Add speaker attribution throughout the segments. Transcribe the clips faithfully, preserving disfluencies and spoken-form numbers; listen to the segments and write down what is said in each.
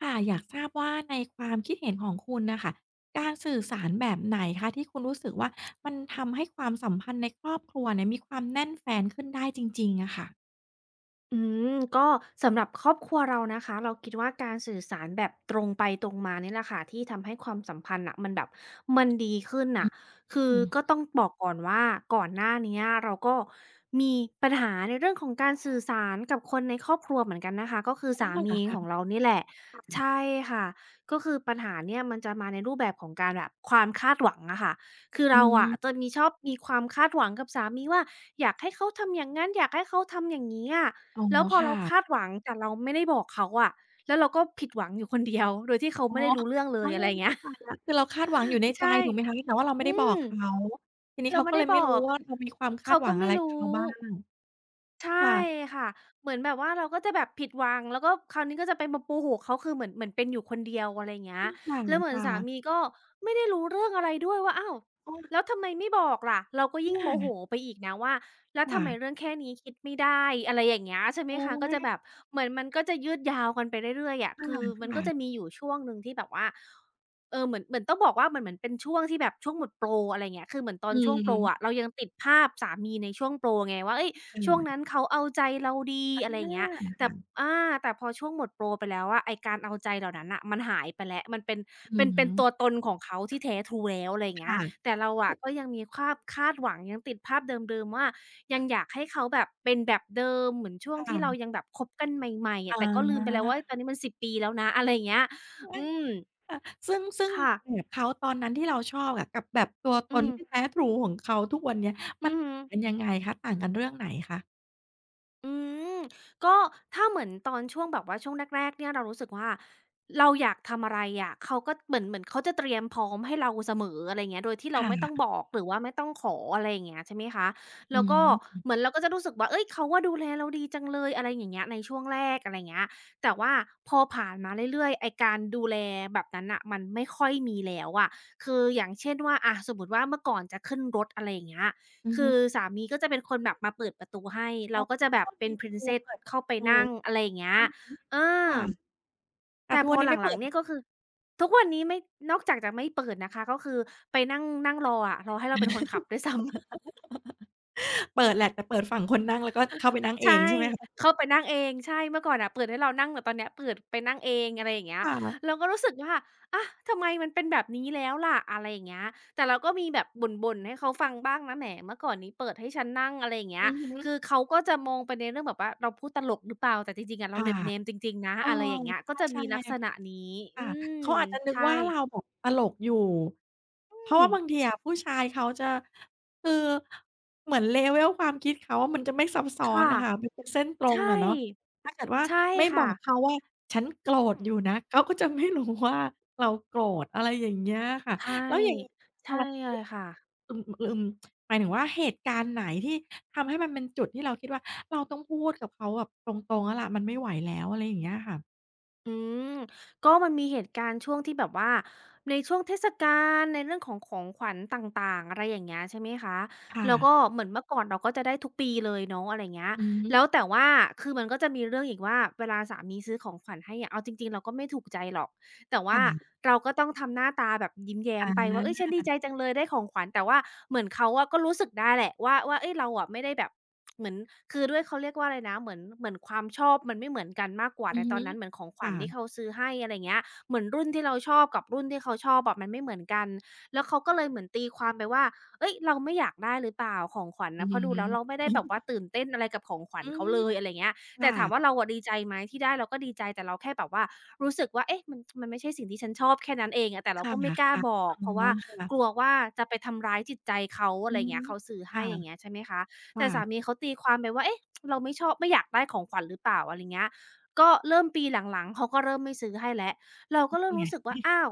Speaker 1: ค่ะอยากทราบว่าในความคิดเห็นของคุณน่ะค่ะการสื่อสารแบบไหนคะที่คุณรู้สึกว่ามันทำให้ความสัมพันธ์ในครอบครัวเนี่ยมีความแน่นแฟ้นขึ้นได้จริงๆอะค่ะ
Speaker 2: อืมก็สำหรับครอบครัวเรานะคะเราคิดว่าการสื่อสารแบบตรงไปตรงมาเนี่ยแหละค่ะที่ทำให้ความสัมพันธ์น่ะมันแบบมันดีขึ้นน่ะ
Speaker 1: อ
Speaker 2: คือ
Speaker 1: ืม
Speaker 2: ก็ต้องบอกก่อนว่าก่อนหน้าเนี้ยเราก็มีปัญหาในเรื่องของการสื่อสารกับคนในครอบครัวเหมือนกันนะคะก็คือ
Speaker 1: อ๋อ
Speaker 2: สา
Speaker 1: เหรอ
Speaker 2: มี
Speaker 1: คะค่
Speaker 2: ของเรานี่แหละ
Speaker 1: ะ
Speaker 2: ใช่ค่ะก็คือปัญหาเนี่ยมันจะมาในรูปแบบของการแบบความคาดหวังอะค่ะคือ
Speaker 1: อื
Speaker 2: เราอะจะ
Speaker 1: ม
Speaker 2: มีชอบมีความคาดหวังกับสามีว่าอยากให้เขาทำอย่างนั้นอยากให้เขาทำอย่างนี้อะ
Speaker 1: อ๋อ
Speaker 2: แล้วพอเราคาด
Speaker 1: ค่ะ
Speaker 2: หวังแต่เราไม่ได้บอกเขาอะแล้วเราก็ผิดหวังอยู่คนเดียว โดยที่เขา
Speaker 1: อ๋อ
Speaker 2: ไม่ได้รู้เรื่องเล
Speaker 1: อา
Speaker 2: ยอะไรอย่างเงี้
Speaker 1: เข้า
Speaker 2: ย
Speaker 1: ใจแล้วคือเราคาดหวังอยู่ ในใจ
Speaker 2: ใช่
Speaker 1: ถูกไหมคะแต่ว่าเรา
Speaker 2: อื
Speaker 1: ไม่ได้บอ
Speaker 2: ม
Speaker 1: กเขาทีนี้
Speaker 2: เรา
Speaker 1: เขา
Speaker 2: ไม่
Speaker 1: ก็
Speaker 2: ได้
Speaker 1: เลย
Speaker 2: บอ
Speaker 1: ไม่รู้
Speaker 2: ก
Speaker 1: ว่าเรามีความคา
Speaker 2: เขา
Speaker 1: ดห
Speaker 2: ก็
Speaker 1: วัง
Speaker 2: ไม่
Speaker 1: อะไร
Speaker 2: รู้
Speaker 1: กับเขาบ้าง
Speaker 2: ใช่
Speaker 1: ค่ะ
Speaker 2: ค่ะเหมือนแบบว่าเราก็จะแบบผิดหวังแล้วก็คราวนี้ก็จะไปมาโมโหเขาคือเหมือนเหมือนเป็นอยู่คนเดียวอะไรอย่างเงี้ย
Speaker 1: อือค่ะ
Speaker 2: แล้วเหมือน
Speaker 1: ค่ะ
Speaker 2: สามีก็ไม่ได้รู้เรื่องอะไรด้วยว่าอ้าว
Speaker 1: อ้อ
Speaker 2: แล้วทำไมไม่บอกล่ะเราก็ยิ่งโม
Speaker 1: อา
Speaker 2: โหไปอีกนะว่าแล้วทำ
Speaker 1: ค่ะ
Speaker 2: ไมเรื่องแค่นี้คิดไม่ได้อะไรอย่างเงี้ยใช่ไหม
Speaker 1: อ๋
Speaker 2: คะก็จะแบ
Speaker 1: อ
Speaker 2: บเหมือนมันก็จะยืดยาวกันไปเรื่อยๆอะ
Speaker 1: ค่ะ
Speaker 2: คือมัน
Speaker 1: ค่ะ
Speaker 2: ก็จะมีอยู่ช่วงหนึ่งที่แบบว่า เออเหมือนเหมือนต้องบอกว่ามันเหมือนเป็นช่วงที่แบบช่วงหมดโปรอะไรเงี้ยคือเหมือนตอน
Speaker 1: อื
Speaker 2: ช่วงโปรอะ
Speaker 1: ม
Speaker 2: เรายังติดภาพสามีในช่วงโปรไงว่าเฮ้ย
Speaker 1: ค่
Speaker 2: ช่วง
Speaker 1: ะ
Speaker 2: นั้นเขาเอาใจเราดี
Speaker 1: อา
Speaker 2: อะไรอย่างเงี้ยแต่
Speaker 1: ะ
Speaker 2: อาแต่พอช่วงหมดโปรไปแล้วอะไอ้การเอาใจเหล่านั้นน่ะมันหายไปแล้วมันเป็น
Speaker 1: อื
Speaker 2: เป็
Speaker 1: อ
Speaker 2: นเป็
Speaker 1: ฮึ
Speaker 2: นตัวตนของเขาที่แท้ทรูแล้วอะไรอย่างเงี้ย
Speaker 1: ค่ะ
Speaker 2: แต่เราอะก็
Speaker 1: ค
Speaker 2: ยังมีความคาดหวังยังติดภาพเดิมๆว่ายังอยากให้เขาแบบเป็นแบบเดิมเหมือนช่วงที่เรา
Speaker 1: ค่ะ
Speaker 2: ยังแบบคบกันใหม่ๆ
Speaker 1: อ๋
Speaker 2: อะแต่ก็ลืมไปแล้ว
Speaker 1: อ
Speaker 2: ว่าตอนนี้มันสิบปีแล้วนะอะไรอย่างเงี้ยอื
Speaker 1: ใช่
Speaker 2: ม
Speaker 1: ค่ะซึ่งซึ่ง
Speaker 2: ค่ะ
Speaker 1: แบบเขาตอนนั้นที่เราชอบอะกับแบบตัวต
Speaker 2: อื
Speaker 1: น
Speaker 2: ม
Speaker 1: ที่แท้ทรูของเขาทุกวันเนี้ยมั
Speaker 2: อื
Speaker 1: น
Speaker 2: อฮึ
Speaker 1: ต่างกันยังไงคะต่างกันเรื่องไหนคะ
Speaker 2: อืมก็ถ้าเหมือนตอนช่วงแบบว่าช่วงแรกๆเนี่ยเรารู้สึกว่าเราอยากทำอะไรอะเขาก็เหมือนเหมือนเขาจะเตรียมพร้อมให้เราเสมออะไรอย่างเงี้ยโดยที่เราไม่ต้อง
Speaker 1: ค่ะ
Speaker 2: บอกหรือว่าไม่ต้องขออะไรอย่างเงี้ยใช่ไหมคะ
Speaker 1: อื
Speaker 2: แล้ว
Speaker 1: อ
Speaker 2: ก็
Speaker 1: ฮึ
Speaker 2: เหมือนเราก็จะรู้สึกว่าเฮ้ยเขาอะดูแลเราดีจังเลยอะไรอย่างเงี้ยในช่วงแรกอะไรอย่างเงี้ยแต่ว่าพอผ่านมาเรื่อยๆไอ้การดูแลแบบนั้นน่ะมันไม่ค่อยมีแล้วอะคืออย่างเช่นว่าอะสมมุติว่าเมื่อก่อนจะขึ้นรถอะไรอย่างเงี้ย
Speaker 1: อือ
Speaker 2: คื
Speaker 1: ฮึ
Speaker 2: อสามีก็จะเป็นคนแบบมาเปิดประตูให้
Speaker 1: อ๋
Speaker 2: เราก็จะแบบ
Speaker 1: อ
Speaker 2: เป็น
Speaker 1: มีประตู
Speaker 2: Princess
Speaker 1: เปิดประ
Speaker 2: เข้าไป
Speaker 1: ตู
Speaker 2: นั่งอะไรอย่างเงี้ย
Speaker 1: ใช่ะ
Speaker 2: เออ
Speaker 1: ค่ะแต่
Speaker 2: แต่
Speaker 1: ทุก
Speaker 2: พ
Speaker 1: วั
Speaker 2: อ
Speaker 1: นนี้
Speaker 2: ห
Speaker 1: ไม่
Speaker 2: ลั
Speaker 1: เปิ
Speaker 2: งๆ
Speaker 1: ด
Speaker 2: เนี่ยก็คือทุกวันนี้ไม่นอกจากจะไม่เปิดนะคะก็คือไปนั่งนั่งรออะรอให้เราเป็นคนขับด้วยซ้ำ
Speaker 1: เปิดแหละแต่เปิดฝั่งคนนั่งแล้วก็เข้าไปนั่งเอง
Speaker 2: ใช่
Speaker 1: ใช่ไหมคะ
Speaker 2: เขาไปนั่งเองใช่เมื่อก่อนน่ะเปิดให้เรานั่งแต่ตอนเนี้ยเปิดไปนั่งเองอะไรอย่างเงี้ย
Speaker 1: ค่ะ
Speaker 2: เราก็รู้สึกว่าอะทำไมมันเป็นแบบนี้แล้วล่ะอะไรอย่างเงี้ยแต่เราก็มีแบบบ่นๆให้เขาฟังบ้างนะแหมเมื่อก่อนนี้เปิดให้ฉันนั่งอะไรอย่างเงี้ย
Speaker 1: อือฮึ
Speaker 2: คือเขาก็จะมองไปในเรื่องแบบว่าเราพูดตลกหรือเปล่า แต่จริงๆอะเรา
Speaker 1: ค่ะ
Speaker 2: เหน็บแนมจริงๆนะ
Speaker 1: เออ
Speaker 2: อะไรอย่างเงี้ยก็จะ
Speaker 1: ใช่
Speaker 2: มีลักษณะนี้
Speaker 1: ๆ
Speaker 2: อื
Speaker 1: ค่ะ
Speaker 2: ม
Speaker 1: เขาอาจจะนึก
Speaker 2: ใช่
Speaker 1: ว่าเราแบบตลกอยู่เพราะ
Speaker 2: อืม
Speaker 1: ว่าบางทีอะผู้ชายเขาจะคือเหมือน level ความคิดเขาอะมันจะไม่ซับซ้อน
Speaker 2: ค่ะ
Speaker 1: น่ะค่ะมันเป็นเส้นตรง
Speaker 2: ใช่
Speaker 1: อะเนาะถ้าเกิดว่า
Speaker 2: ใช่
Speaker 1: ไม่บอ
Speaker 2: ค่ะ
Speaker 1: กเขาว่าฉันโกร
Speaker 2: อื
Speaker 1: ธ
Speaker 2: ม
Speaker 1: อยู่นะเขาก็จะไม่รู้ว่าเราโกรธอะไรอย่างเงี้ยค่ะ
Speaker 2: ใช่
Speaker 1: แล้วอย่างอะ
Speaker 2: ใช่
Speaker 1: ไร
Speaker 2: เลยค่ะ
Speaker 1: อืมอืมหมายถึงว่าเหตุการณ์ไหนที่ทำให้มันเป็นจุดที่เราคิดว่าเราต้องพูดกับเขาแบบตรงๆแล้วล่ะมันไม่ไหวแล้วอะไรอย่างเงี้ยค่ะ
Speaker 2: อืมก็มันมีเหตุการณ์ช่วงที่แบบว่าในช่วงเทศกาลในเรื่องของของขวัญต่างๆอะไรอย่างเงี้ยใช่ไหมคะ
Speaker 1: ค่ะ
Speaker 2: แล้วก็เหมือนเมื่อก่อนเราก็จะได้ทุกปีเลยเนาะอะไรเงี้ย
Speaker 1: อือฮึ
Speaker 2: แล้วแต่ว่าคือมันก็จะมีเรื่องอีกว่าเวลาสามีซื้อของขวัญให้อะเอาจริงๆเราก็ไม่ถูกใจหรอก แต่ว่า
Speaker 1: ค่ะ
Speaker 2: เราก็ต้องทำหน้าตาแบบยิ้มแย้
Speaker 1: อ
Speaker 2: มไปว่าเฮ้ยฉั
Speaker 1: า
Speaker 2: นดีใจจังเลยได้ของขวัญแต่ว่าเหมือนเขาอะก็รู้สึกได้แหละว่าว่าเฮ้ยเราอะไม่ได้แบบเหมือนคือด้วยเขาเรียกว่าอะไรนะเหมือนเหมือนความชอบมันไม่เหมือนกันมากกว่า
Speaker 1: อือ
Speaker 2: แต่ตอ
Speaker 1: ฮึ
Speaker 2: นนั้นเหมือนของขวัญ
Speaker 1: ค่ะ
Speaker 2: ที่เขาซื้อให้อะไรอย่างเงี้ยเหมือนรุ่นที่เราชอบกับรุ่นที่เขาชอบอะมันไม่เหมือนกันแล้วเขาก็เลยเหมือนตีความไปว่าเฮ้ยเราไม่อยากได้หรือเปล่าของขวัญ
Speaker 1: อื
Speaker 2: นะ
Speaker 1: อ
Speaker 2: เพ
Speaker 1: ฮึ
Speaker 2: ราะดูแล้วเราไม่ได้แบบว่าตื่นเต้นอะไรกับของขวัญ
Speaker 1: อื
Speaker 2: เขา
Speaker 1: ม
Speaker 2: เลยอะไรอย่างเงี้ยแต่
Speaker 1: ค่ะ
Speaker 2: ถามว่าเราอะดีใจไหมที่ได้เราก็ดีใจแต่เราแค่แบบว่า รู้สึกว่าเอ๊ะมันมันไม่ใช่สิ่งที่ฉันชอบแค่นั้นเองอะแต่เรา
Speaker 1: ค่ะ
Speaker 2: ก็ไม่กล้า
Speaker 1: ค่ะ
Speaker 2: บอก
Speaker 1: อ๋
Speaker 2: เพราะว่า
Speaker 1: อ
Speaker 2: กลัว
Speaker 1: ค่ะ
Speaker 2: ว่าจะไปทำร้ายจิตใจเขาอะ
Speaker 1: อื
Speaker 2: ไรอ
Speaker 1: อ
Speaker 2: ย่างเงี้
Speaker 1: ฮึ
Speaker 2: ยเขาซื้อให้
Speaker 1: ค่ะ
Speaker 2: อย่างเงี้ยใช่ไหมคะแต่สามี
Speaker 1: ค่ะ
Speaker 2: เขาตีความไปว่าเอ๊ะเราไม่ชอบไม่อยากได้ของขวัญหรือเปล่าอะไรเงี้ยก็เริ่มปีหลังๆเขาก็เริ่มไม่ซื้อให้แล้วเราก็
Speaker 1: เป็น
Speaker 2: เริ่ม
Speaker 1: ไง
Speaker 2: รู้สึกว่าอ้าว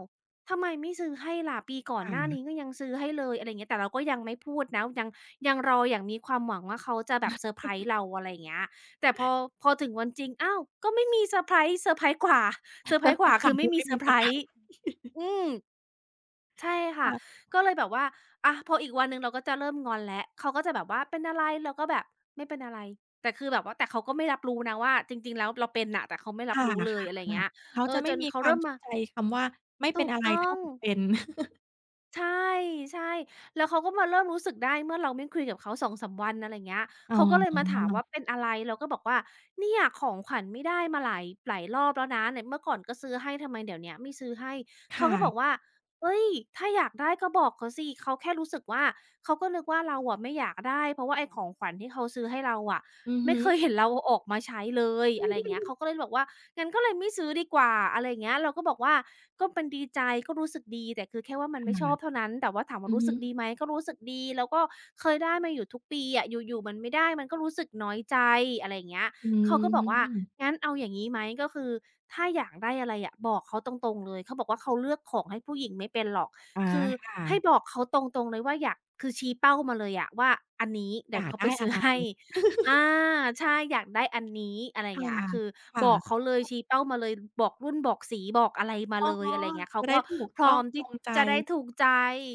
Speaker 2: ทำไมไม่ซื้อให้ล่ะปีก่อนหน้านี้
Speaker 1: ค่ะ
Speaker 2: ก็ยังซื้อให้เลยอะไรอย่างเงี้ยแต่เราก็ยังไม่พูดนะยังยังรออย่างมีความหวังว่าเขาจะแบบเซอร์ไพรส์เราอะไรอย่างเงี้ยแต่พอพอถึงวันจริงอ้าวก็ไม่มีเซอร์ไพรส์เซอร์ไพรส์กว่า เซอร์ไพ
Speaker 1: เซ
Speaker 2: ร
Speaker 1: อร์
Speaker 2: ส์
Speaker 1: ไพ
Speaker 2: ก
Speaker 1: ร
Speaker 2: ว่า
Speaker 1: ส์ก
Speaker 2: คื
Speaker 1: ว่า
Speaker 2: อไม่
Speaker 1: คือ
Speaker 2: มี
Speaker 1: ไม่
Speaker 2: เซอ
Speaker 1: มี
Speaker 2: ร์ไพ
Speaker 1: เซอ
Speaker 2: ร
Speaker 1: ร์ไพร
Speaker 2: ส์
Speaker 1: ส์
Speaker 2: อืมใช่ค่ะ
Speaker 1: ค่ะ
Speaker 2: ก็เลยแบบว่าอะพออีกวันหนึ่งเราก็จะเริ่มงอนแล้วเขาก็จะแบบว่าเป็นอะไรเราก็แบบไม่เป็นอะไรแต่คือแบบว่าแต่เขาก็ไม่รับรู้นะว่าจริงๆแล้วเราเป็นน่ะแต่เขาไม่รับ
Speaker 1: ค่ะ
Speaker 2: รู้เลย
Speaker 1: ค่ะ
Speaker 2: อะไรอย่าง
Speaker 1: ค่ะ
Speaker 2: เงี้ย
Speaker 1: เขา
Speaker 2: เออ
Speaker 1: จะ
Speaker 2: จ
Speaker 1: ไม่
Speaker 2: น
Speaker 1: มี
Speaker 2: เขา
Speaker 1: ควา
Speaker 2: เริ่
Speaker 1: ม
Speaker 2: มมา
Speaker 1: เข้าใจคำว่าไม่เป็
Speaker 2: ถู
Speaker 1: น
Speaker 2: ก
Speaker 1: อะไร
Speaker 2: ต้อ
Speaker 1: เท่า
Speaker 2: ง
Speaker 1: กับเป็น
Speaker 2: ใช่ใช่แล้วเขาก็มาเริ่มรู้สึกได้เมื่อเราไม่คุยกับเขาสองสามวันอะไรเงี้ย
Speaker 1: อ๋
Speaker 2: เขาก็เลยมา
Speaker 1: อ
Speaker 2: ถามว่าเป็นอะไรเราก็บอกว่าเนี่ยของขวัญไม่ได้มาหลายหลายรอบแล้วนะไหนเมื่อก่อนก็ซื้อให้ทำไมเดี๋ยวเนี้ยไม่ซื้อให้เขาก็บอก
Speaker 1: ค่ะ
Speaker 2: ว่าเฮ้ยถ้าอยากได้ก็บอกเขาสิเขาแค่รู้สึกว่าเขาก็นึกว่าเราอะไม่อยากได้เพราะว่าไอ้ของขวัญที่เขาซื้อให้เราอะ
Speaker 1: อือ
Speaker 2: ไม่
Speaker 1: ฮึ
Speaker 2: เคยเห็นเราเอาออกมาใช้เลยอะไรอย่างเงี้ยเขาก็เลยบอกว่างั้นก็เลยไม่ซื้อดีกว่าอะไรอย่างเงี้ยเราก็บอกว่าก็มันดีใจก็รู้สึกดีแต่คือแค่ว่ามั
Speaker 1: ค
Speaker 2: นไม่ชอบเท่า
Speaker 1: ่ะ
Speaker 2: นั้นแต่ว่าถามว่า
Speaker 1: อือ
Speaker 2: รู้
Speaker 1: ฮึ
Speaker 2: สึกดีไหมก็รู้สึกดีแล้วก็เคยได้มาอยู่ทุกปีอะอยู่ๆมันไม่ได้มันก็รู้สึกน้อยใจอะไรอย่างเงี้ย
Speaker 1: อื
Speaker 2: เขาก็บอกว่า
Speaker 1: ม
Speaker 2: งั้นเอาอย่างงี้ไหมก็คือถ้าอยากได้อะไรอะบอกเขาตรงๆเลยเขาบอกว่าเขาเลือกของให้ผู้หญิงไม่เป็นหรอก
Speaker 1: อา
Speaker 2: คือ
Speaker 1: ค่ะ
Speaker 2: ให้บอกเขาตรงๆเลยว่าอยากคือชี้เป้ามาเลยอะว่าอันนี้
Speaker 1: อ
Speaker 2: เดี๋ยว
Speaker 1: ยาก
Speaker 2: เขาไป
Speaker 1: ได้
Speaker 2: ซื้
Speaker 1: อะ
Speaker 2: อ
Speaker 1: ไร
Speaker 2: ให้ อาใช่อยากได้อันนี้อะไรอย่าง
Speaker 1: ค่ะ
Speaker 2: เงี้ยคือบอกเขา
Speaker 1: ค่ะ
Speaker 2: เลยชี้เป้ามาเลยบอกรุ่นบอกสีบอกอะไรมา
Speaker 1: อ๋อ
Speaker 2: เลยอะไรอย่างเงี้ยเขา
Speaker 1: จะได้
Speaker 2: ก็
Speaker 1: ถูก
Speaker 2: พร้
Speaker 1: ต้อ
Speaker 2: อ
Speaker 1: ง
Speaker 2: ม
Speaker 1: ต
Speaker 2: ที่
Speaker 1: รงใจ
Speaker 2: จะได้ถูกใจ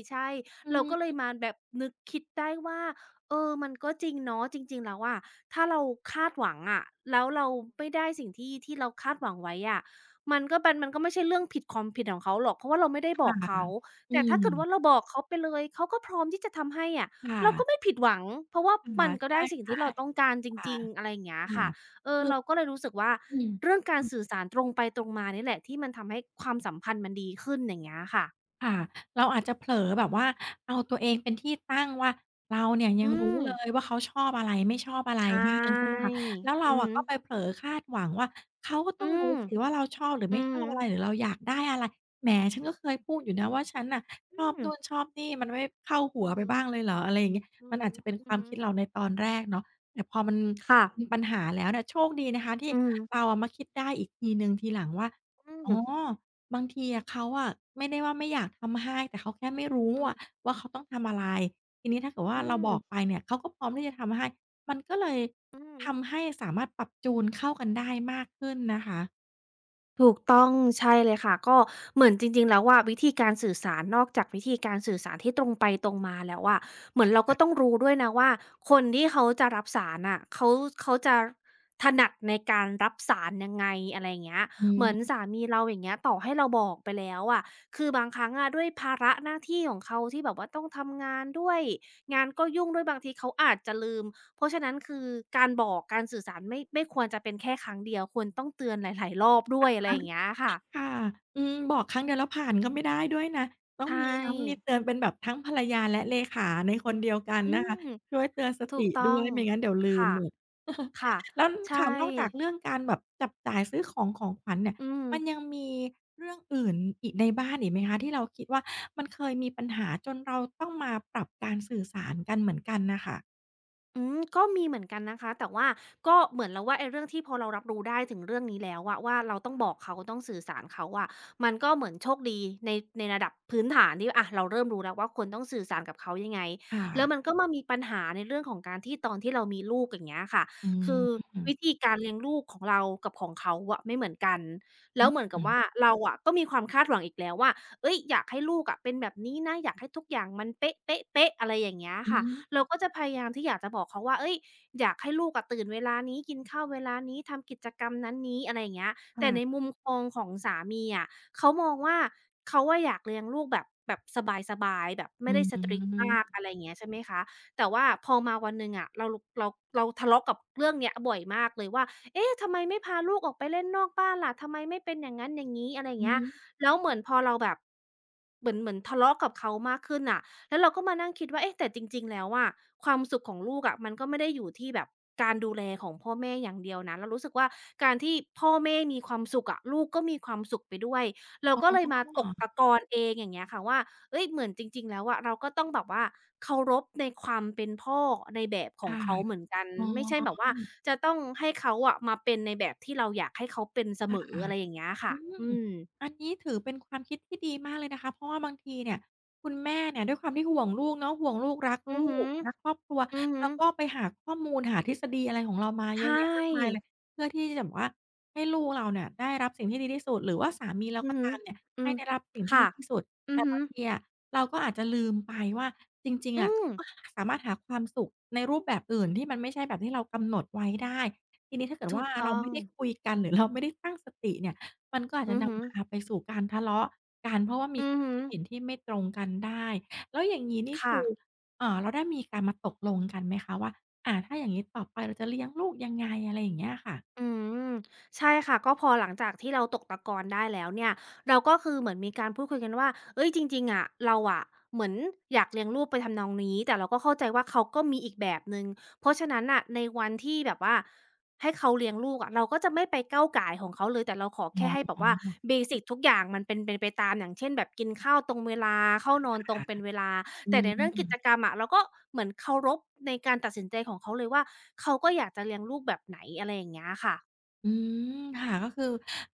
Speaker 2: ใช่
Speaker 1: อื
Speaker 2: เราก็เลย
Speaker 1: ม
Speaker 2: มาแบบนึกคิดได้ว่าเออมันก็จริงเนาะจริงๆแล้วอะถ้าเราคาดหวังอะแล้วเราไม่ได้สิ่งที่ที่เราคาดหวังไว้อะมันก็เป็นมันก็ไม่ใช่เรื่องผิดความผิดของเขาหรอกเพราะว่าเราไม่ได้บอ
Speaker 1: ค่ะ
Speaker 2: กเขา
Speaker 1: อื
Speaker 2: แต่ถ้าเกิดว่า
Speaker 1: ม
Speaker 2: เราบอกเขาไปเลยเขาก็พร้อมที่จะทำให้อะ เราก็ไม่
Speaker 1: ค่ะ
Speaker 2: ผิดหวังเพราะว่ามั
Speaker 1: ใช่ะ
Speaker 2: นก็ได้สิ่ง
Speaker 1: ใช่
Speaker 2: ที่เราต้องการจ
Speaker 1: ๆค่ะ
Speaker 2: ริงๆอะไรอย่างเงี้ย
Speaker 1: ค่ะ
Speaker 2: ค่ะเออ
Speaker 1: คือ
Speaker 2: เราก็เลยรู้สึกว่า
Speaker 1: อืมอืออืออื
Speaker 2: เรื่อ
Speaker 1: อ
Speaker 2: งการสื่อสารตรงไปตรงมานี่แหละที่มันทำให้ความสัมพันธ์มันดีขึ้นอย่างเงี้ยค่ะ
Speaker 1: ค่ะเราอาจจะเผลอแบบว่าเอาตัวเองเป็นที่ตั้งว่าเราเนี่ย
Speaker 2: อื
Speaker 1: ยังรู้
Speaker 2: ม
Speaker 1: เลยว่าเขาชอบอะไรไม่ชอบอะไร
Speaker 2: ใช
Speaker 1: บ้างใช่ไหม
Speaker 2: ่
Speaker 1: คะแล้ว
Speaker 2: อื
Speaker 1: เรา
Speaker 2: อ
Speaker 1: อะ
Speaker 2: ฮึ
Speaker 1: ก็ไปเผลอคาดหวังว่าเขาก็
Speaker 2: อื
Speaker 1: ต้อง
Speaker 2: ม
Speaker 1: รู้สิว่าเราชอบหรือ
Speaker 2: อื
Speaker 1: ไม่
Speaker 2: อ
Speaker 1: ช
Speaker 2: ฮึ
Speaker 1: อบอะไรหรือเราอยากได้อะไรแหมฉันก็เคยพูดอยู่นะว่าฉันน่ะ
Speaker 2: อื
Speaker 1: ชอบ
Speaker 2: ม
Speaker 1: นู่นชอบนี่มันไม่เข้าหั
Speaker 2: อื
Speaker 1: ว
Speaker 2: อ
Speaker 1: ไป
Speaker 2: ฮึ
Speaker 1: บ้างเลยเหรออะไรอย่างเงี้ย
Speaker 2: อือ
Speaker 1: มัน
Speaker 2: ฮึ
Speaker 1: อาจจะเป็น
Speaker 2: อื
Speaker 1: ค
Speaker 2: อ
Speaker 1: วาม
Speaker 2: ฮึ
Speaker 1: คิดเราในตอนแรกเนาะแต่พอมัน
Speaker 2: ค่ะ
Speaker 1: มีปัญหาแล้วเนี่ยโชคดีนะคะที่
Speaker 2: อือฮึ
Speaker 1: เราอะมาคิดได้อีกทีหนึ่งทีหลังว่า
Speaker 2: อื
Speaker 1: อ๋อ
Speaker 2: ม
Speaker 1: บางทีอะเขาอะไม่ได้ว่าไม่อยากทำให้แต่เขาแค่ไม่รู้
Speaker 2: อื
Speaker 1: อะ
Speaker 2: อ
Speaker 1: ว่าเขาต้องทำอะไรทีนี้ถ้าเกิดว่า
Speaker 2: อื
Speaker 1: เราบอกไปเนี่ยเขาก็พร้อมที่จะทำให้มันก็เลย
Speaker 2: ออืม
Speaker 1: ทำให้สามารถปรับจูนเข้ากันได้มากขึ้นนะคะ
Speaker 2: ถูกต้องใช่เลยค่ะก็เหมือนจริงๆแล้วว่าวิธีการสื่อสารนอกจากวิธีการสื่อสารที่ตรงไปตรงมาแล้วอะเหมือนเราก็ต้องรู้ด้วยนะว่าคนที่เขาจะรับสารน่ะเขาเขาจะถนัดในการรับสารยังไงอะไรอย่างเงี้ย
Speaker 1: อื
Speaker 2: เหมือน
Speaker 1: อ
Speaker 2: สามีเราอย่างเงี้ยต่อให้เราบอกไปแล้วอะคือบางครั้งอะด้วยภาระหน้าที่ของเขาที่แบบว่าต้องทำงานด้วยงานก็ยุ่งด้วยบางทีเขาอาจจะลืม เพราะฉะนั้นคือการบอกการสื่อสารไม่ไม่ควรจะเป็นแค่ครั้งเดียวควรต้องเตือนหลายๆรอบด้วยอะไรอย่างเงี้ยค่ะ
Speaker 1: ค่ะอืมบอกครั้งเดียวแล้วผ่านก็ไม่ได้ด้วยนะต้อง
Speaker 2: ใช่
Speaker 1: มีย้ำมีเตือนเป็นแบบทั้งภรรยาและเลขาในคนเดียวกัน
Speaker 2: อื
Speaker 1: นะ
Speaker 2: ม
Speaker 1: คะช่วยเตือนส
Speaker 2: ถูก
Speaker 1: ติ
Speaker 2: ต้อ
Speaker 1: ด้ว
Speaker 2: ง
Speaker 1: ยไม่งั้นเดี๋ยวลืม
Speaker 2: ค่ะ
Speaker 1: หมด
Speaker 2: ค่ะ
Speaker 1: แล้ว
Speaker 2: ใช่
Speaker 1: ค่ะนอกจากเรื่องการแบบจับจ่ายซื้อของของขวัญเนี่ย
Speaker 2: อืม
Speaker 1: มันยังมีเรื่องอื่นอีกในบ้านอีกไหมคะที่เราคิดว่ามันเคยมีปัญหาจนเราต้องมาปรับการสื่อสารกันเหมือนกันน่ะค่ะ
Speaker 2: อืมก็มีเหมือนกันนะคะแต่ว่าก็เหมือนเราว่าไอ้เรื่องที่พอเรารับรู้ได้ถึงเรื่องนี้แล้วอะว่าเราต้องบอกเขาต้องสื่อสารเขาอะมันก็เหมือนโชคดีในในระดับพื้นฐานที่อะเราเริ่มรู้แล้วว่าควรต้องสื่อสารกับเขายังไง
Speaker 1: ค่ะ
Speaker 2: แล้วมันก็มามีปัญหาในเรื่องของการที่ตอนที่เรามีลูกอย่างเงี้ยค่ะ
Speaker 1: อื
Speaker 2: คือวิ
Speaker 1: ม
Speaker 2: ธีการเลี้ยงลูกของเรากับของเขาอะไม่เหมือนกันแล้วเหมือนกั
Speaker 1: อื
Speaker 2: บว่า
Speaker 1: ม
Speaker 2: เราอะก็มีความคาดหวังอีกแล้วว่าเฮ้ยอยากให้ลูกอะเป็นแบบนี้นะอยากให้ทุกอย่างมันเป๊ะๆๆอะไรอย่างเงี้ย
Speaker 1: อื
Speaker 2: ค่ะ
Speaker 1: อ
Speaker 2: เราก็จะพยายามที่อยากจะบอกเขาว่าเอ้ยอยากให้ลูกอะตื่นเวลานี้กินข้าวเวลานี้ทำกิจกรรมนั้นนี้อะไรอย่างเงี้ยแต่ใน
Speaker 1: ค่ะ
Speaker 2: มุมมองของสามีอะเขามองว่า เขาอะอยากเลี้ยงลูกแบบแบบสบายๆแบบไม่
Speaker 1: อื
Speaker 2: ได้ strict
Speaker 1: อ
Speaker 2: มากอะไรอย่างเงี้ยใช่ไหมคะ แต่ว่าพอมาวันหนึ่งอะเราลุกเราเราทะเลาะกับเรื่องเนี้ยบ่อยมากเลยว่าเอ๊ะทำไมไม่พาลูกออกไปเล่นนอกบ้านล่ะทำไมไม่เป็นอย่างงั้นอย่างงี้อะไรอย่าง
Speaker 1: อื
Speaker 2: เงี้ย
Speaker 1: ม
Speaker 2: แล้วเหมือนพอเราแบบเหมือนเหมือนทะเลาะกับเขามากขึ้นน่ะ แล้วเราก็มานั่งคิดว่าเอ๊ะแต่จริงๆแล้วอะความสุขของลูกอะมันก็ไม่ได้อยู่ที่แบบการดูแลของพ่อแม่อย่างเดียวนะเรารู้สึกว่าการที่พ่อแม่มีความสุขอะลูกก็มีความสุขไปด้วยเราก็เลยมาต
Speaker 1: ค
Speaker 2: กตะกอนเองอย่างเงี้ยค่ะว่าเฮ้ยเหมือนจริงๆแล้วอะเราก็ต้องแบบว่าเคารพในความเป็นพ่อในแบบของ
Speaker 1: ่ะ
Speaker 2: เขาเหมือนกัน
Speaker 1: อ๋อ
Speaker 2: ไม่ใช่แบบว่าจะต้องให้เขาอะมาเป็นในแบบที่เราอยากให้เขาเป็นเสม
Speaker 1: ค่ะ
Speaker 2: อ
Speaker 1: า
Speaker 2: อะไรอย่างเงี้ยค่ะ
Speaker 1: อืม
Speaker 2: อืม
Speaker 1: อันนี้ถือเป็นความคิดที่ดีมากเลยนะคะ เพราะว่าบางทีเนี่ยคุณแม่เนี่ยด้วยความที่ห่วงลูกเนาะห่วงลูกรัก
Speaker 2: อือ
Speaker 1: ลู
Speaker 2: ฮึ
Speaker 1: กรักครอบครัว
Speaker 2: อือฮึ
Speaker 1: แล้วก็ไปหาข้อมูลหาทฤษฎีอะไรของเรามาเยอะ
Speaker 2: ใช่
Speaker 1: แยะมากมายเลยเพื่อที่จะแบบว่าให้ลูกเราเนี่ยได้รับสิ่งที่ดีที่สุดหรือว่าสามีเรา
Speaker 2: อือ
Speaker 1: ก็
Speaker 2: ฮึ
Speaker 1: ตามเนี่ย
Speaker 2: อื
Speaker 1: ให้
Speaker 2: ม
Speaker 1: ได้รับสิ่งที่
Speaker 2: ค่ะ
Speaker 1: ดีที่สุด
Speaker 2: อือ
Speaker 1: แต่
Speaker 2: ฮึ
Speaker 1: บางทีอะเราก็อาจจะลืมไปว่าจริงๆ
Speaker 2: อื
Speaker 1: อะ
Speaker 2: ม
Speaker 1: เขาก็สามารถหาความสุขในรูปแบบอื่นที่มันไม่ใช่แบบที่เรากำหนดไว้ได้ทีนี้ถ้าเกิด
Speaker 2: ถู
Speaker 1: ว่า
Speaker 2: ก
Speaker 1: เรา
Speaker 2: ต้อง
Speaker 1: ไม่ได้คุยกันหรือเราไม่ได้ตั้งสติเนี่ย มันก็อาจจะ
Speaker 2: อือฮึ
Speaker 1: นำพาไปสู่การทะเลาะกันเพราะว่ามี
Speaker 2: อื
Speaker 1: ค
Speaker 2: อ
Speaker 1: วาม
Speaker 2: ฮึ
Speaker 1: คิดเห็นที่ไม่ตรงกันได้แล้วอย่างงี้นี่
Speaker 2: ค่ะ
Speaker 1: คือเอ่อเราได้มีการมาตกลงกันไหมคะว่าอาถ้าอย่างงี้ต่อไปเราจะเลี้ยงลูกยังไงอะไรอย่างเงี้ยค่ะ
Speaker 2: อืมใช่ค่ะก็พอหลังจากที่เราตกตะกอนได้แล้วเนี่ยเราก็คือเหมือนมีการพูดคุยกันว่าเอ้ยจริงๆอะเราอะเหมือนอยากเลี้ยงลูกไปทำนองนี้แต่เราก็เข้าใจว่าเขาก็มีอีกแบบหนึ่งเพราะฉะนั้นน่ะในวันที่แบบว่าให้เขาเลี้ยงลูกอะเราก็จะไม่ไปก้าวก่ายของเขาเลยแต่เราขอแค่
Speaker 1: อ๋อ
Speaker 2: ให้แบบว่าเบสิกทุกอย่างมันเป็นเป็นไปตามอย่างเช่นแบบกินข้าวตรงเวลาเข้านอนตรง
Speaker 1: ค่ะ
Speaker 2: เป็นเวลา
Speaker 1: อื
Speaker 2: แต่ในเรื่องกิ
Speaker 1: ม
Speaker 2: จกรรมอะเราก็เหมือนเคารพในการตัดสินใจของเขาเลยว่าเขาก็อยากจะเลี้ยงลูกแบบไหนอะไรอย่างเงี้ยค่ะ
Speaker 1: อืมค่ะก็คือ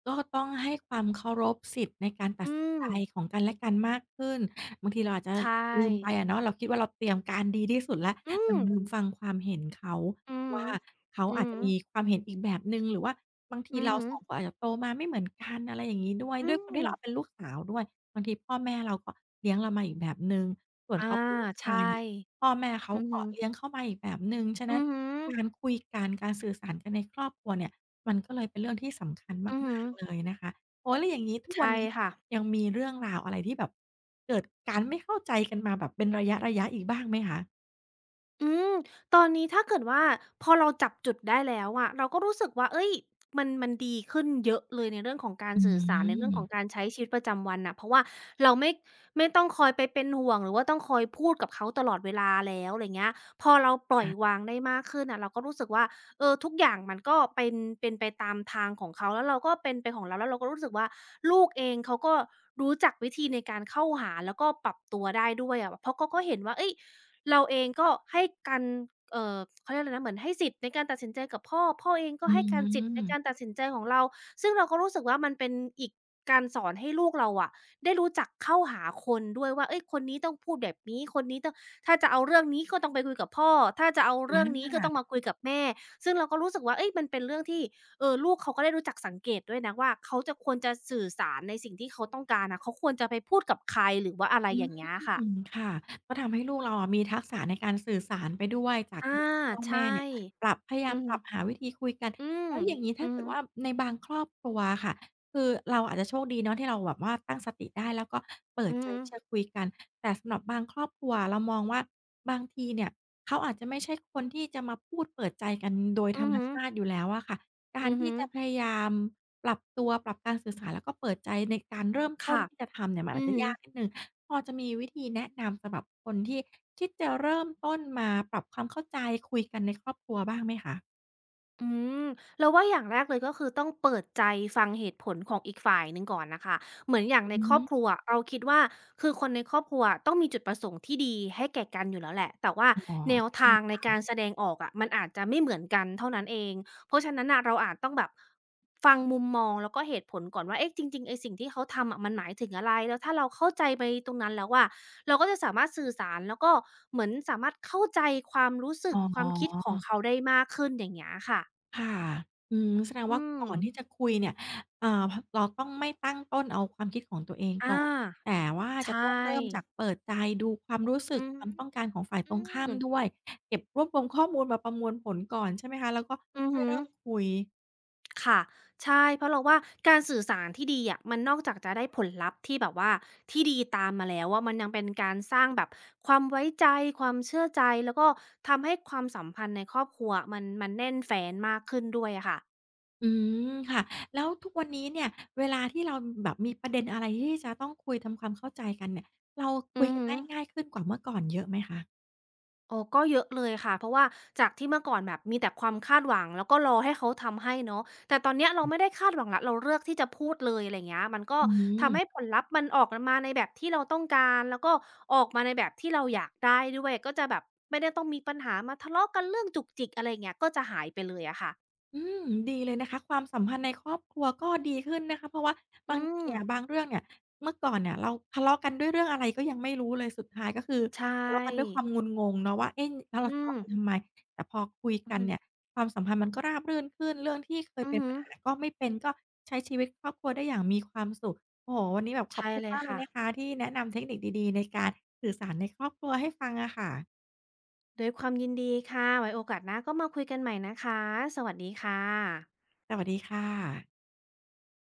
Speaker 1: ก็ต้องให้ความเคารพสิทธิ์ในการตั
Speaker 2: อื
Speaker 1: ดสินใจ
Speaker 2: ม
Speaker 1: ของกันและกันมากขึ้นบางทีเราอาจจะ
Speaker 2: ใช
Speaker 1: ลืมไป
Speaker 2: ่
Speaker 1: อะเนาะเราคิดว่าเราเตรียมการดีที่สุดแล้ว
Speaker 2: อื
Speaker 1: เรา
Speaker 2: ม
Speaker 1: ลืมฟังความเห็นเขา
Speaker 2: อือฮึ
Speaker 1: ว่าเขา
Speaker 2: อือ
Speaker 1: อาจจะ
Speaker 2: ฮึ
Speaker 1: มีความเห็นอีกแบบหนึ่งหรือว่าบางที
Speaker 2: อือ
Speaker 1: เรา
Speaker 2: ฮึ
Speaker 1: สองคนอาจจะโตมาไม่เหมือนกันอะไรอย่างงี้ด้วย
Speaker 2: อื
Speaker 1: ด้วยความ
Speaker 2: ม
Speaker 1: ที่เราเป็นลูกสาวด้วยบางทีพ่อแม่เราก็เลี้ยงเรามาอีกแบบหนึ่งส่วน
Speaker 2: อา
Speaker 1: เขาเป็นลูกชา
Speaker 2: ใช่
Speaker 1: ยเนี่ย พ่อแม่เขา
Speaker 2: อือ
Speaker 1: ก็
Speaker 2: ฮึ
Speaker 1: เลี้ยงเข้ามาอีกแบบหนึ่ง ฉะ
Speaker 2: อื
Speaker 1: นั้น
Speaker 2: อฮึ
Speaker 1: การคุยกันการสื่อสารกันในครอบครัวเนี่ยมันก็เลยเป็นเรื่องที่สำคัญ
Speaker 2: อือฮึ
Speaker 1: มากๆเลยนะคะโอ้แล้วอย่างงี้ทุกวัน
Speaker 2: ใช่
Speaker 1: นี้เนี่ย
Speaker 2: ค่ะ
Speaker 1: ยังมีเรื่องราวอะไรที่แบบเกิดการไม่เข้าใจกันมาแบบเป็นระยะๆอีกบ้างไหมคะ
Speaker 2: อืมตอนนี้ถ้าเกิดว่าพอเราจับจุดได้แล้วอะเราก็รู้สึกว่าเฮ้ยมันมันดีขึ้นเยอะเลยในเรื่องของการ
Speaker 1: อื
Speaker 2: สื่อสารในเรื่องของกา
Speaker 1: ม
Speaker 2: รใช้ชีวิตประจำวันน่ะเพราะว่าเราไม่ไม่ต้องคอยไปเป็นห่วงหรือว่าต้องคอยพูดกับเขาตลอดเวลาแล้วอะไรเงี้ยพอเราปล่อยวา
Speaker 1: ค่ะ
Speaker 2: งได้มากขึ้นน่ะเราก็รู้สึกว่าเออทุกอย่างมันก็เป็นเป็นไปตามทางของเขาแล้วเราก็เป็นไปของเราแล้วเราก็รู้สึกว่าลูกเองเขาก็รู้จักวิธีในการเข้าหาแล้วก็ปรับตัวได้ด้วยอะเพราะเขาก็เห็นว่าเฮ้ย เราเองก็ให้การเอ่อเขาเรียกอะไรนะเหมือนให้สิทธิ์ในการตัดสินใจกับพ่อ พ่อเองก็
Speaker 1: อื
Speaker 2: ให้การสิทธิ์ในการตั
Speaker 1: ม
Speaker 2: ดสินใจของเราซึ่งเราก็รู้สึกว่ามันเป็นอีกการสอนให้ลูกเราอะได้รู้จักเข้าหาคนด้วยว่าเฮ้ยคนนี้ต้องพูดแบบนี้คนนี้ต้องถ้าจะเอาเรื่องนี้ก็ต้องไปคุยกับพ่อถ้าจะเอา
Speaker 1: อ
Speaker 2: เรื่องนี้ก็ต้องมา
Speaker 1: า
Speaker 2: คุยกับแม่ซึ่งเราก็รู้สึกว่าเฮ้ยมันเป็นเรื่องที่เออลูกเขาก็ได้รู้จักสังเกตด้วยนะว่าเขาจะควรจะสื่อสารในสิ่งที่เขาต้องการอะเขาควรจะไปพูดกับใครหรือว่าอะไร
Speaker 1: อื
Speaker 2: อย่างเงี้ยค่ะ
Speaker 1: มค่ะก็ทำให้ลูกเราอะมีทักษะในการสื่อสารไปด้วยจาก
Speaker 2: อา
Speaker 1: การที่พ่อ
Speaker 2: ใช่
Speaker 1: แม่เนี่ยปรับพยายา
Speaker 2: อื
Speaker 1: ม
Speaker 2: อ
Speaker 1: ป
Speaker 2: ฮึ
Speaker 1: รับหาวิธีคุยกัน
Speaker 2: อืม
Speaker 1: แล้วอย่างงี้
Speaker 2: อื
Speaker 1: ถ้า
Speaker 2: อ
Speaker 1: เกิ
Speaker 2: ฮึ
Speaker 1: ดว่าในบางครอบครัวอะค่ะคือเราอาจจะโชคดีเนาะที่เราแบบว่าตั้งสติได้แล้วก็เปิ
Speaker 2: อื
Speaker 1: ด
Speaker 2: อ
Speaker 1: ใจ
Speaker 2: ฮึ
Speaker 1: ที่จะคุยกันแต่สำหรับบางครอบครัวเรามองว่าบางทีเนี่ยเขาอาจจะไม่ใช่คนที่จะมาพูดเปิดใจกันโดยธ
Speaker 2: อื
Speaker 1: ร
Speaker 2: อ
Speaker 1: รม
Speaker 2: ฮึ
Speaker 1: ชาติอยู่แล้วอะค่ะการ
Speaker 2: อือ
Speaker 1: ที่
Speaker 2: ฮึ
Speaker 1: จะพยายาม ปรับตัวปรับการสื่อสารแล้วก็เปิดใจในการเริ่มต้น
Speaker 2: ค่ะ
Speaker 1: ที่จะทำเนี่ยมัน
Speaker 2: อื
Speaker 1: อาจ
Speaker 2: อ
Speaker 1: จะ
Speaker 2: ฮึ
Speaker 1: ยากนิดหนึ่งพอจะมีวิธีแนะนำสำหรับคนที่คิดจะเริ่มต้นมาปรับความเข้าใจคุยกันในครอบครัวบ้างไหมคะ
Speaker 2: อืมเราว่าอย่างแรกเลยก็คือต้องเปิดใจฟังเหตุผลของอีกฝ่ายหนึ่งก่อนน่ะค่ะเหมือนอย่างใน
Speaker 1: อือ
Speaker 2: ครอบ
Speaker 1: ฮึ
Speaker 2: ครัวเราคิดว่าคือคนในครอบครัวอะต้องมีจุดประสงค์ที่ดีให้แก่กันอยู่แล้วแหละแต่ว่า
Speaker 1: อ๋อ
Speaker 2: แนว
Speaker 1: ใช่
Speaker 2: ทางในการแสดงออกอะมันอาจจะไม่เหมือนกันเท่านั้นเองเพราะฉะนั้นน่ะเราอาจต้องแบบฟังมุมมองแล้วก็เหตุผลก่อนว่าเอ๊ะจริงๆไอ้สิ่งที่เขาทำอะมันหมายถึงอะไรแล้วถ้าเราเข้าใจไปตรงนั้นแล้วอะเราก็จะสามารถสื่อสารแล้วก็เหมือนสามารถเข้าใจความรู้สึก
Speaker 1: อ๋
Speaker 2: ความคิด
Speaker 1: อ
Speaker 2: ของเขาได้มากขึ้นอย่างเงี้ยค่ะ
Speaker 1: ค่ะอืมแสดง
Speaker 2: อื
Speaker 1: ว่า
Speaker 2: ม
Speaker 1: ก่อนที่จะคุยเนี่ยเอ่อพเราต้องไม่ตั้งต้นเอาความคิดของตัวเอง
Speaker 2: อา
Speaker 1: ก่อนแต่ว่าจะ
Speaker 2: ใช่
Speaker 1: ต้องเริ่มจากเปิดใจดูความรู้สึก
Speaker 2: อือ
Speaker 1: ความ
Speaker 2: ฮึ
Speaker 1: ต้องการของฝ่ายต
Speaker 2: อื
Speaker 1: รงข้าม
Speaker 2: ม
Speaker 1: ด้วย เก็บรวบรวมข้อมูลมาประมวลผลก่อนใช่ไหมคะ แล้วก็
Speaker 2: อือ
Speaker 1: ค่อย
Speaker 2: ฮึ
Speaker 1: เริ่มคุย
Speaker 2: ค่ะใช่ เพราะเราว่าการสื่อสารที่ดีอะมันนอกจากจะได้ผลลัพธ์ที่แบบว่า ที่ดีตามมาแล้วอะมันยังเป็นการสร้างแบบความไว้ใจ ความเชื่อใจ แล้วก็ทำให้ความสัมพันธ์ในครอบครัวมันมันแน่นแฟ้นมากขึ้นด้วยอะค่ะ
Speaker 1: อืมค่ะ แล้วทุกวันนี้เนี่ยเวลาที่เราแบบมีประเด็นอะไรที่จะต้องคุยทำความเข้าใจกันเนี่ยเราคุ
Speaker 2: อื
Speaker 1: ย
Speaker 2: อ
Speaker 1: กัน
Speaker 2: ฮึ
Speaker 1: ได้ง่ายขึ้นกว่าเมื่อก่อนเยอะไหมคะ
Speaker 2: โอ้ก็เยอะเลยค่ะเพราะว่าจากที่เมื่อก่อนแบบมีแต่ความคาดหวังแล้วก็รอให้เขาทำให้เนาะแต่ตอนเนี้ยเราไม่ได้คาดหวังละเราเลือกที่จะพูดเลยอะไรเงี้ยมันก็
Speaker 1: อื
Speaker 2: ทำให้
Speaker 1: ม
Speaker 2: ผลลัพธ์มันออกมาในแบบที่เราต้องการแล้วก็ออกมาในแบบที่เราอยากได้ด้วยก็จะแบบไม่ได้ต้องมีปัญหามาทะเลาะกันเรื่องจุกจิกอะไรเงี้ยก็จะหายไปเลยอะค่ะ
Speaker 1: อืมดีเลยนะคะความสัมพันธ์ในครอบครัวก็ดีขึ้นนะคะเพราะว่าบา
Speaker 2: อื
Speaker 1: งที
Speaker 2: ม
Speaker 1: อะบางเรื่องเนี่ยเมื่อก่อนเนี่ยเราทะเลาะกันด้วยเรื่องอะไรก็ยังไม่รู้เลยสุดท้ายก็คือ
Speaker 2: ใช่
Speaker 1: ทะเลาะกันด้วยความงุนงงเนาะว่าเอ๊ะแล้วเรา
Speaker 2: อื
Speaker 1: ทะ
Speaker 2: ม
Speaker 1: เลาะกันทำไมแต่พอคุย
Speaker 2: อืม
Speaker 1: กันเนี่ย
Speaker 2: อ
Speaker 1: ความสัมพันธ์มันก็ราบรื่นขึ้นเรื่องที่เคย
Speaker 2: หื
Speaker 1: เป็น
Speaker 2: ม
Speaker 1: ปัญหาก็ไม่เป็นก็ใช้ชีวิตครอบครัวได้อย่างมีความสุขโอ้โฮวันนี้แบบขอบ
Speaker 2: ใช่
Speaker 1: คุณ
Speaker 2: เลย
Speaker 1: มากเลย
Speaker 2: ค่ะ
Speaker 1: นะคะที่แนะนำเทคนิคดีๆในการสื่อสารในครอบครัวให้ฟังอะค่ะ
Speaker 2: ด้วยความยินดีค่ะไว้โอกาสหน้าก็มาคุยกันใหม่นะคะสวัสดีค่ะ
Speaker 1: สวัสดีค่ะ